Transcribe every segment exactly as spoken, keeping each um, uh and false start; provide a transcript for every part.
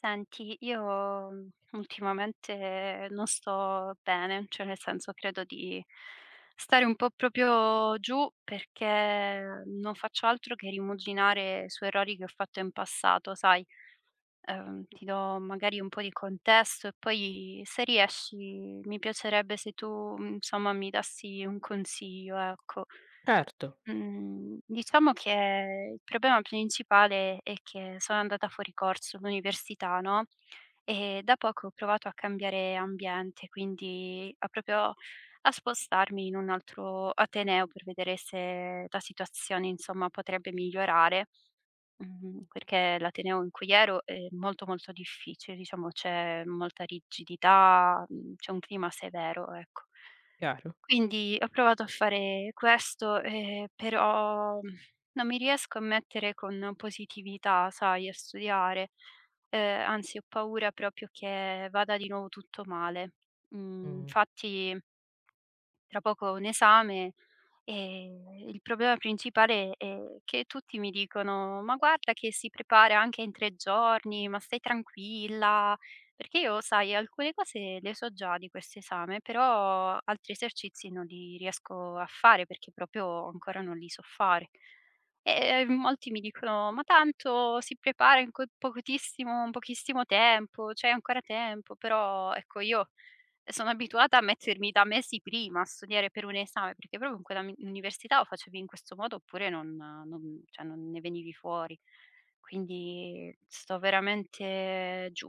Senti, io mh, ultimamente non sto bene, cioè nel senso credo di stare un po' proprio giù perché non faccio altro che rimuginare su errori che ho fatto in passato, sai? Ehm, ti do magari un po' di contesto e poi se riesci mi piacerebbe se tu, mh, insomma, mi dassi un consiglio, ecco. Certo, Mhmm, diciamo che il problema principale è che sono andata fuori corso all'università, no, e da poco ho provato a cambiare ambiente, quindi a proprio a spostarmi in un altro ateneo per vedere se la situazione, insomma, potrebbe migliorare, mhmm, perché l'ateneo in cui ero è molto, molto difficile, diciamo c'è molta rigidità, mhmm, c'è un clima severo, ecco. chiaro. Quindi ho provato a fare questo, ehm, però, mhmm, non mi riesco a mettere con positività, sai, a studiare. Ehm, anzi ho paura proprio che vada di nuovo tutto male. Mhmm, Mh, infatti tra poco ho un esame, ehm, il problema principale è che tutti mi dicono: "Ma guarda che si prepara anche in tre giorni, ma stai tranquilla". Perché io, sai, alcune cose le so già di questo esame, però altri esercizi non li riesco a fare perché proprio ancora non li so fare. E ehm, molti mi dicono: "Ma tanto si prepara in co pochissimo in pochissimo tempo, c'hai ancora tempo". Però ecco io sono abituata a mettermi da mesi prima a studiare per un esame, perché proprio in quella mi università o facevi in questo modo oppure non non cioè non ne venivi fuori. Quindi sto veramente giù.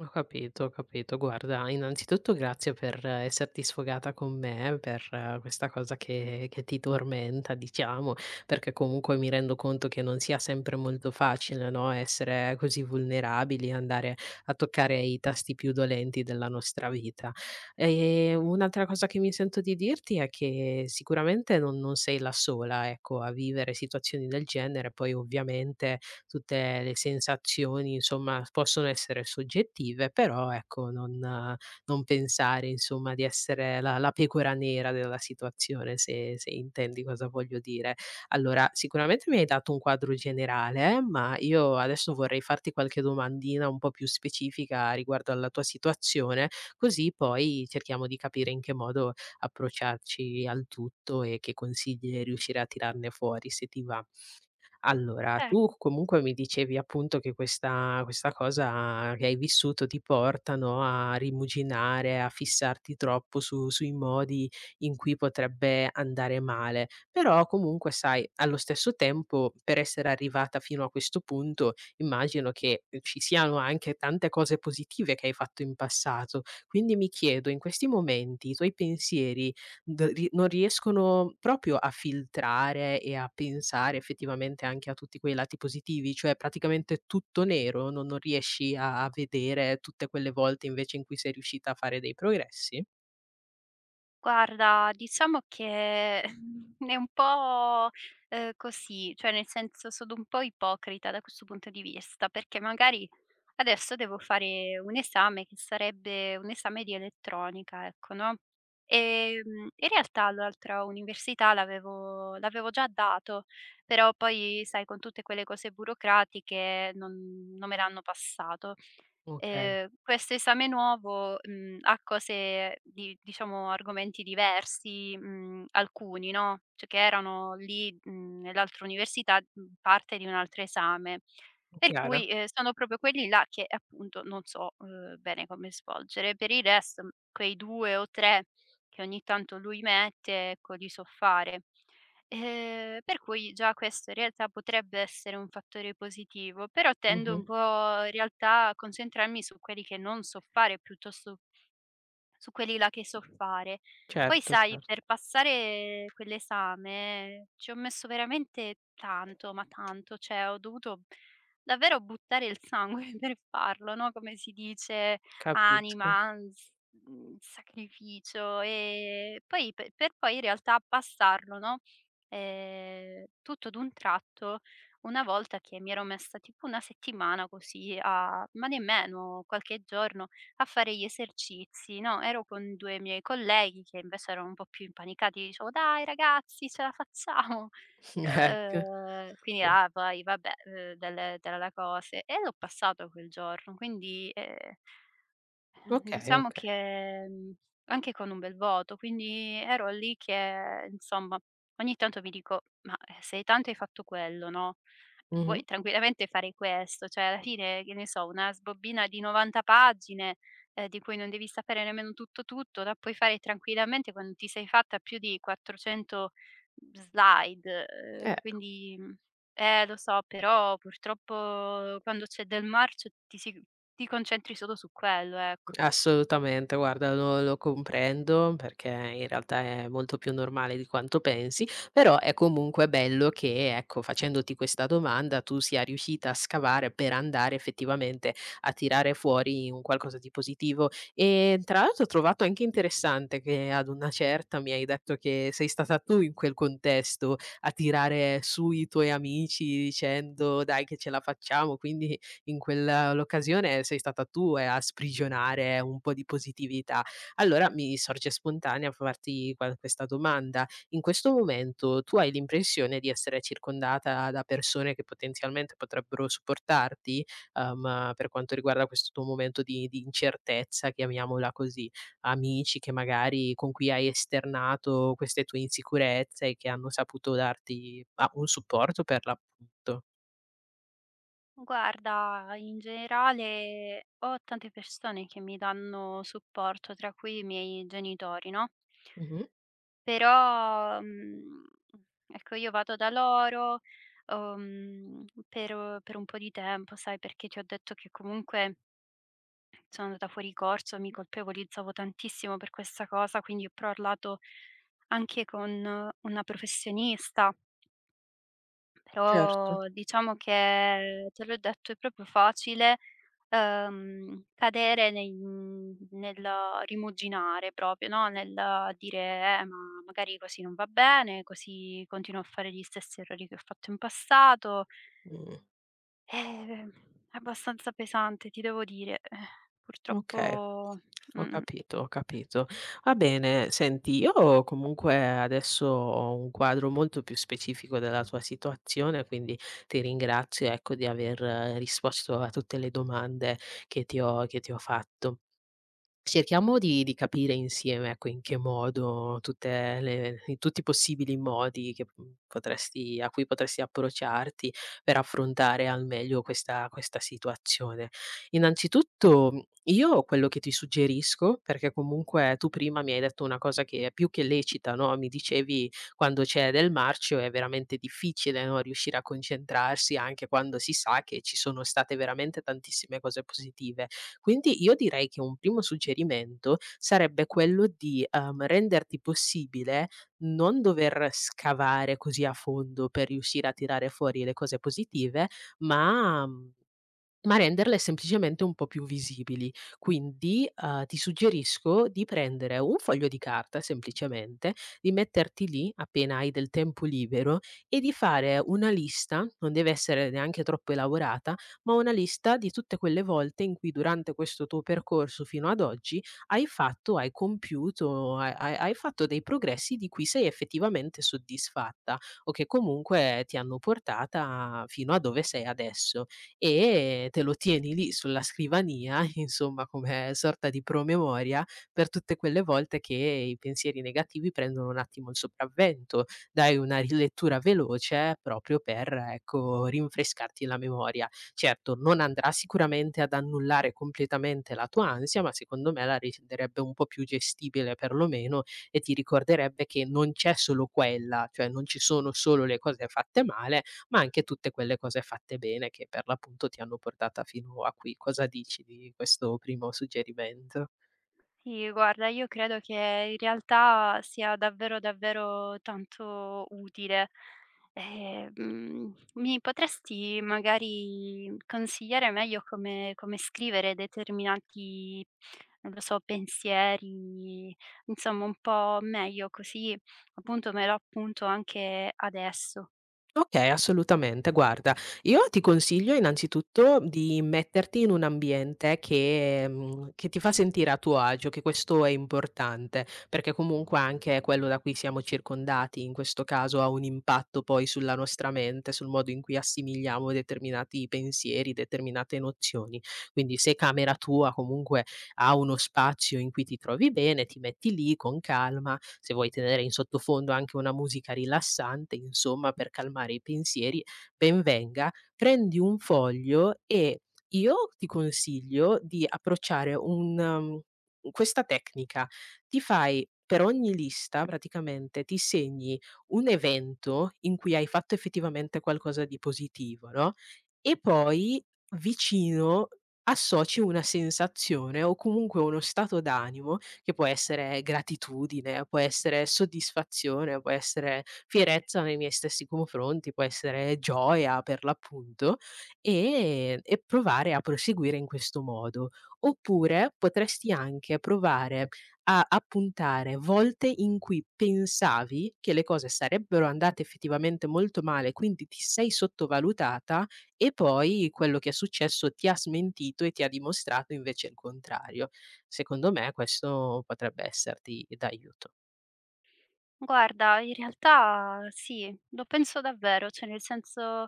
ho capito, ho capito. Guarda, innanzitutto grazie per eh, esserti sfogata con me, per eh, questa cosa che che ti tormenta, diciamo, perché comunque mi rendo conto che non sia sempre molto facile, no, essere così vulnerabili, andare a toccare i tasti più dolenti della nostra vita. Ehm, un'altra cosa che mi sento di dirti è che sicuramente non non sei la sola, ecco, a vivere situazioni del genere, poi ovviamente tutte le sensazioni insomma possono essere soggettive, però ecco non eh, non pensare insomma di essere la la pecora nera della situazione, se se intendi cosa voglio dire. Allora, sicuramente mi hai dato un quadro generale, eh, ma io adesso vorrei farti qualche domandina un po' più specifica riguardo alla tua situazione, così poi cerchiamo di capire in che modo approcciarci al tutto e che consigli riuscire a tirarne fuori, se ti va. Allora, Cer tu comunque mi dicevi appunto che questa questa cosa che hai vissuto ti porta, no, a rimuginare, a fissarti troppo su sui modi in cui potrebbe andare male. Però comunque sai, allo stesso tempo per essere arrivata fino a questo punto immagino che ci siano anche tante cose positive che hai fatto in passato. Quindi mi chiedo in questi momenti i tuoi pensieri D ri non riescono proprio a filtrare e a pensare effettivamente anche a tutti quei lati positivi, cioè praticamente tutto nero, non non riesci a a vedere tutte quelle volte invece in cui sei riuscita a fare dei progressi? Guarda, diciamo che è un po', ehm, così, cioè nel senso sono un po' ipocrita da questo punto di vista, perché magari adesso devo fare un esame che sarebbe un esame di elettronica, ecco, no, ehm, in realtà l'altra università l'avevo l'avevo già dato, però poi sai con tutte quelle cose burocratiche non non me l'hanno passato. Okay, Ehm, questo esame nuovo, mhmm, ha cose di diciamo argomenti diversi, mhmm, alcuni, no, cioè che erano lì, mhmm, nell'altra università, mhmm, parte di un altro esame. Per chiaro. cui, ehm, sono proprio quelli là che appunto non so, uhm, bene come svolgere. Per il resto, mhmm, quei due o tre che ogni tanto lui mette, ecco, li so fare. Ehm, per cui già questo in realtà potrebbe essere un fattore positivo, però tendo Mh-mh. un po' in realtà a concentrarmi su quelli che non so fare piuttosto su quelli là che so fare. Poi Certo, sai, certo, per passare quell'esame ci ho messo veramente tanto, ma tanto, cioè ho dovuto davvero buttare il sangue per farlo, no, come si dice, capisco. anima, s mhmm, sacrificio, e poi pe per poi in realtà passarlo, no, ehm, tutto d'un tratto, una volta che mi ero messa tipo una settimana così a ma nemmeno qualche giorno, a fare gli esercizi, no, ero con due miei colleghi che invece erano un po' più impanicati, dicevo: "Dai ragazzi, ce la facciamo!" Ecco, Uhm, quindi sì. là poi vabbè, uhm, delle della cose e l'ho passato quel giorno, quindi, ehm eh, Okay, Diciamo okay. che, mhmm, anche con un bel voto, quindi ero lì che insomma, ogni tanto mi dico: "Ma, eh, se tanto hai fatto quello, no, Mh-mh. puoi tranquillamente fare questo." Cioè alla fine, che ne so, una sbobbina di novanta pagine, ehm, di cui non devi sapere nemmeno tutto tutto, la puoi fare tranquillamente quando ti sei fatta più di quattrocento slide, Eh, ehm, quindi, mhmm, eh lo so, però purtroppo quando c'è del marcio ti si ti concentri solo su quello, ecco. assolutamente, guarda lo lo comprendo perché in realtà è molto più normale di quanto pensi, però è comunque bello che, ecco, facendoti questa domanda tu sia riuscita a scavare per andare effettivamente a tirare fuori un qualcosa di positivo. E tra l'altro ho trovato anche interessante che ad una certa mi hai detto che sei stata tu in quel contesto a tirare su i tuoi amici dicendo: "Dai che ce la facciamo", quindi in quella l'occasione sei stata tu, ehm, a sprigionare un po' di positività. Allora mi sorge spontanea farti qua questa domanda: in questo momento tu hai l'impressione di essere circondata da persone che potenzialmente potrebbero supportarti, uhm, per quanto riguarda questo tuo momento di di incertezza, chiamiamola così? Amici che magari con cui hai esternato queste tue insicurezze e che hanno saputo darti, bah, un supporto per l'appunto? Guarda, in generale ho tante persone che mi danno supporto, tra cui i miei genitori, no, Mh-mh, però, mhmm, ecco io vado da loro, uhm, per per un po' di tempo, sai, perché ti ho detto che comunque sono andata fuori corso, mi colpevolizzavo tantissimo per questa cosa, quindi ho parlato anche con eh, una professionista. certo. Però diciamo che, te l'ho detto, è proprio facile, ehm, cadere nei mhmm, nel rimuginare proprio, no, nel dire: "Eh, ma magari così non va bene, così continuo a fare gli stessi errori che ho fatto in passato." Mh. Eh, è abbastanza pesante, ti devo dire. Eh, Okay, purtroppo ho mh-mh. capito, ho capito. Va bene, senti, io comunque adesso ho un quadro molto più specifico della tua situazione, quindi ti ringrazio, ecco, di aver risposto a tutte le domande che ti ho che ti ho fatto. Cerchiamo di di capire insieme, ecco, in che modo tutte le i tutti i possibili modi che, mhmm, potresti a cui potresti approcciarti per affrontare al meglio questa questa situazione. Innanzitutto, mhmm, io quello che ti suggerisco, perché comunque tu prima mi hai detto una cosa che è più che lecita, no, mi dicevi: "Quando c'è del marcio è veramente difficile, no, riuscire a concentrarsi anche quando si sa che ci sono state veramente tantissime cose positive". Quindi io direi che un primo suggerimento sarebbe quello di, ehm, renderti possibile non dover scavare così a fondo per riuscire a tirare fuori le cose positive, ma, mhmm ma renderle semplicemente un po' più visibili. Quindi, uhm, ti suggerisco di prendere un foglio di carta semplicemente, di metterti lì appena hai del tempo libero e di fare una lista, non deve essere neanche troppo elaborata, ma una lista di tutte quelle volte in cui durante questo tuo percorso fino ad oggi hai fatto, hai compiuto, hai hai hai fatto dei progressi di cui sei effettivamente soddisfatta o che comunque ti hanno portata fino a dove sei adesso e te lo tieni lì sulla scrivania, insomma, come sorta di promemoria per tutte quelle volte che i pensieri negativi prendono un attimo il sopravvento. Dai una rilettura veloce proprio per, ecco, rinfrescarti la memoria. Certo, non andrà sicuramente ad annullare completamente la tua ansia, ma secondo me la renderebbe un po' più gestibile perlomeno e ti ricorderebbe che non c'è solo quella, cioè non ci sono solo le cose fatte male, ma anche tutte quelle cose fatte bene che per l'appunto ti hanno portata fino a qui. Cosa dici di questo primo suggerimento? Sì, guarda, io credo che in realtà sia davvero, davvero tanto utile. Ehm, mhmm, mi potresti magari consigliare meglio come come scrivere determinati, non lo so, pensieri, insomma un po' meglio, così appunto me lo appunto anche adesso. Okay, assolutamente. Guarda, io ti consiglio innanzitutto di metterti in un ambiente che mhmm, che ti fa sentire a tuo agio, che questo è importante, perché comunque anche quello da cui siamo circondati, in questo caso, ha un impatto poi sulla nostra mente, sul modo in cui assimiliamo determinati pensieri, determinate nozioni. Quindi se camera tua comunque ha uno spazio in cui ti trovi bene, ti metti lì con calma, se vuoi tenere in sottofondo anche una musica rilassante, insomma, per calmare i pensieri, ben venga. Prendi un foglio e io ti consiglio di approcciare un uhm, questa tecnica: ti fai per ogni lista praticamente ti segni un evento in cui hai fatto effettivamente qualcosa di positivo, no, e poi vicino associ una sensazione o comunque uno stato d'animo, che può essere gratitudine, può essere soddisfazione, può essere fierezza nei miei stessi confronti, può essere gioia per l'appunto, e e provare a proseguire in questo modo. Oppure potresti anche provare a appuntare volte in cui pensavi che le cose sarebbero andate effettivamente molto male, quindi ti sei sottovalutata e poi quello che è successo ti ha smentito e ti ha dimostrato invece il contrario. Secondo me questo potrebbe esserti d'aiuto. Guarda, in realtà sì, lo penso davvero, cioè nel senso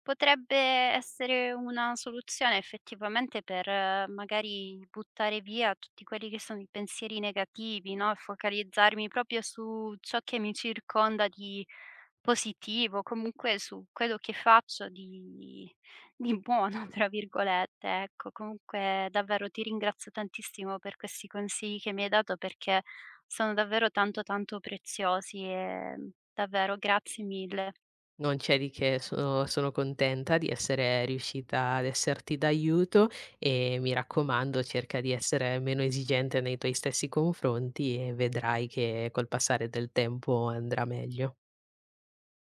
potrebbe essere una soluzione effettivamente per eh, magari buttare via tutti quelli che sono i pensieri negativi, no? E focalizzarmi proprio su ciò che mi circonda di positivo, comunque su quello che faccio di, di, buono, tra virgolette. Ecco, comunque davvero ti ringrazio tantissimo per questi consigli che mi hai dato perché sono davvero tanto, tanto preziosi e davvero grazie mille. Non c'è di che, sono sono contenta di essere riuscita ad esserti d'aiuto e mi raccomando cerca di essere meno esigente nei tuoi stessi confronti e vedrai che col passare del tempo andrà meglio.